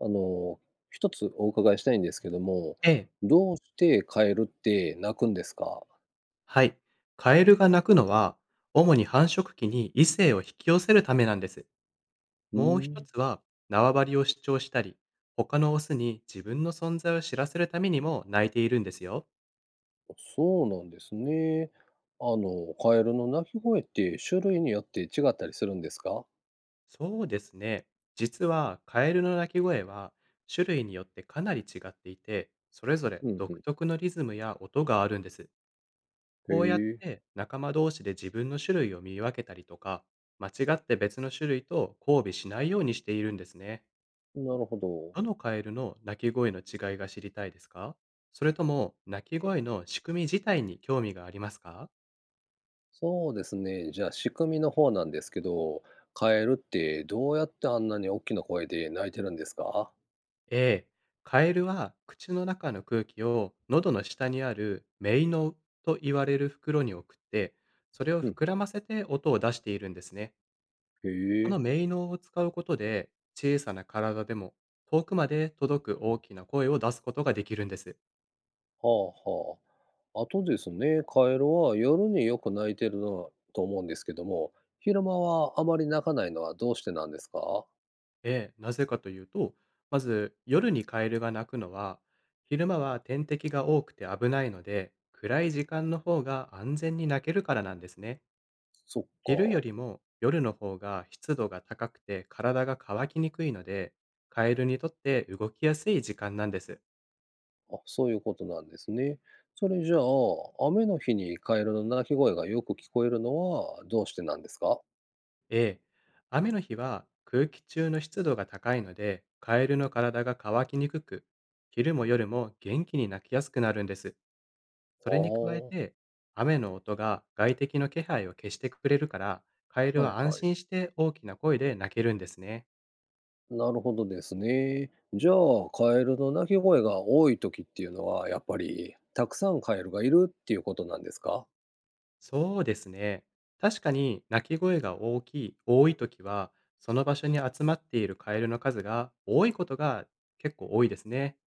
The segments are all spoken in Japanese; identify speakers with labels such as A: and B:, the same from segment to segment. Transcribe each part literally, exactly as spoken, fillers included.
A: あの、一つお伺いしたいんですけども、
B: ええ、
A: どうしてカエルって鳴くんですか？
B: はい。カエルが鳴くのは、主に繁殖期に異性を引き寄せるためなんです。
A: う
B: もう
A: ー
B: 一
A: ん、
B: つは、縄張りを主張したり、他のオスに自分の存在を知らせるためにも鳴いているんですよ。
A: そうなんですね。あの、カエルの鳴き声って種類によって違ったりするんですか？
B: そうですね。実は、カエルの鳴き声は、種類によってかなり違っていて、それぞれ
A: うんう
B: 独
A: ん。
B: 特のリズムや音があるんです。
A: へ
B: こうやっ
A: え、
B: て仲間同士で自分の種類を見分けたりとか、間違って別の種類と交尾しないようにしているんですね。
A: なるほど。
B: どのカエルの鳴き声の違いが知りたいですか？それとも鳴き声の仕組み自体に興味がありますか
A: そうですね。じゃあ、仕組みの方なんですけど、カエルってどうやってあんなに大きな声で鳴いてるんですか？
B: ?A、カエルは口の中の空気を喉の下にあるメイノと言われる袋に送って、それを
A: うん
B: 膨
A: うん。
B: らませて音を出しているんですね。
A: へ
B: こ
A: え、
B: のメイノを使うことで小さな体でも遠くまで届く大きな声を出すことができるんです。
A: はあはあ。あとですね、カエルは夜によく鳴いてるのと思うんですけども、昼間はあまり鳴かないのはどうしてなんですか？
B: ええ、なぜかというと、まず夜にカエルが鳴くのは、昼間は天敵が多くて危ないので、暗い時間の方が安全に鳴けるからなんですね。
A: そっか。
B: 昼よりも夜の方が湿度が高くて体が乾きにくいので、カエルにとって動きやすい時間なんです。
A: あ、そういうことなんですね。それじゃあ、雨の日にカエルの鳴き声がよく聞こえるのはどうしてなんですか？
B: ええ、雨の日は空気中の湿度が高いので、カエルの体が乾きにくく、昼も夜も元気に鳴きやすくなるんです。それに加え
A: ああ、
B: て、雨の音が外敵の気配を消してくれるから、カエル
A: はい
B: は安
A: はい。
B: 心して大きな声で鳴けるんですね。
A: なるほどですね。じゃあ、カエルの鳴き声が多い時っていうのは、やっぱり、たくさんカエルがいるっていうことなんですか？
B: そうですね。確かに鳴き声が大きい、多い時は、その場所に集まっているカエルの数が多いことが結構多いですね。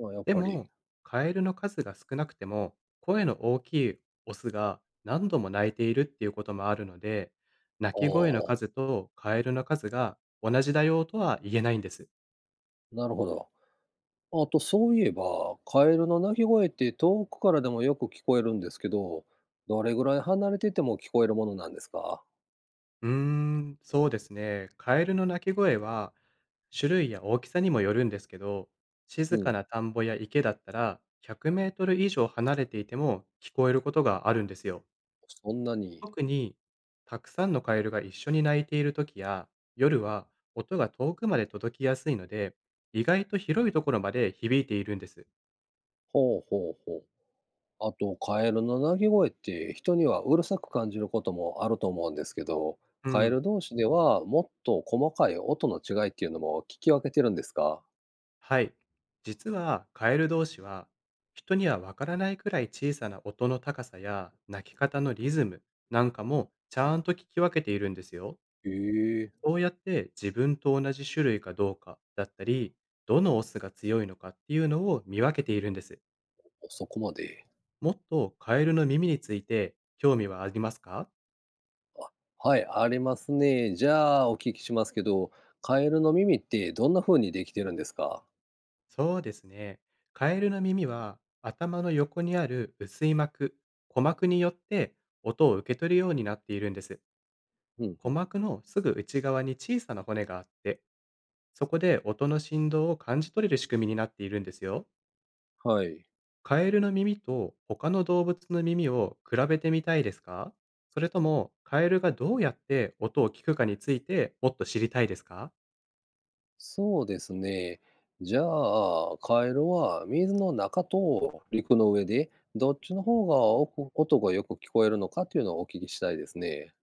A: まあやっ
B: で
A: ぱり。
B: も、カエルの数が少なくても、声の大きいオスが何度も鳴いているっていうこともあるので、鳴
A: あ
B: き声の
A: あ、
B: 数とカエルの数が同じだよとは言えないんです。
A: なるほど。あと、そういえば、カエルの鳴き声って遠くからでもよく聞こえるんですけど、どれぐらい離れてても聞こえるものなんですか？
B: うーん、そうですね。カエルの鳴き声は、種類や大きさにもよるんですけど、
A: う
B: 静か
A: ん。
B: な田んぼや池だったら、ひゃくメートル以上離れていても聞こえることがあるんですよ。
A: そんなに。
B: 特に、たくさんのカエルが一緒に鳴いている時や、夜は音が遠くまで届きやすいので、意外と広いところまで響いているんです。
A: ほうほうほう。あと、カエルの鳴き声って人にはうるさく感じることもあると思うんですけど、
B: う
A: カエ
B: ん。
A: ル同士ではもっと細かい音の違いっていうのも聞き分けてるんですか？
B: はい。実はカエル同士は人にはわからないくらい小さな音の高さや鳴き方のリズムなんかもちゃんと聞き分けているんですよ。
A: へえ、
B: そうやって自分と同じ種類かどうかだったり、どのオスが強いのかっていうのを見分けているんです。
A: そこまで。
B: もっとカエルの耳について興味はありますか？
A: はい、ありますね。じゃあ、お聞きしますけど、カエルの耳ってどんな風にできてるんですか？
B: そうですね。カエルの耳は頭の横にある薄い膜、鼓膜によって音を受け取るようになっているんです。
A: うんう
B: 鼓
A: ん。
B: 膜のすぐ内側に小さな骨があって、そこで音の振動を感じ取れる仕組みになっているんですよ。
A: はい。
B: カエルの耳と他の動物の耳を比べてみたいですか？それともカエルがどうやって音を聞くかについてもっと知りたいですか？
A: そうですね。じゃあ、カエルは水の中と陸の上で、どっちの方がお音がよく聞こえるのかっていうのをお聞きしたいですね。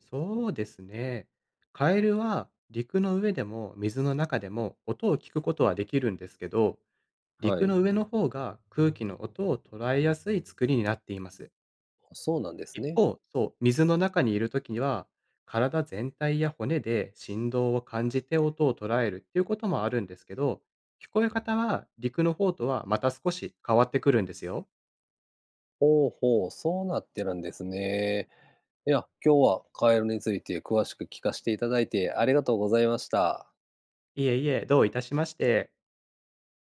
B: そうですね。カエルは陸の上でも水の中でも音を聞くことはできるんですけど、
A: は
B: 陸の
A: い。
B: 上の方が空気の音を捉えやすい作りになっています。
A: そうなんです
B: 一
A: ね。
B: 方、そう、水の中にいるときには、体全体や骨で振動を感じて音を捉えるっていうこともあるんですけど、聞こえ方は陸の方とはまた少し変わってくるんですよ。
A: ほうほう、そうなってるんですね。いや、今日はカエルについて詳しく聞かせていただいてありがとうございました。
B: いえいえ、どういたしまして。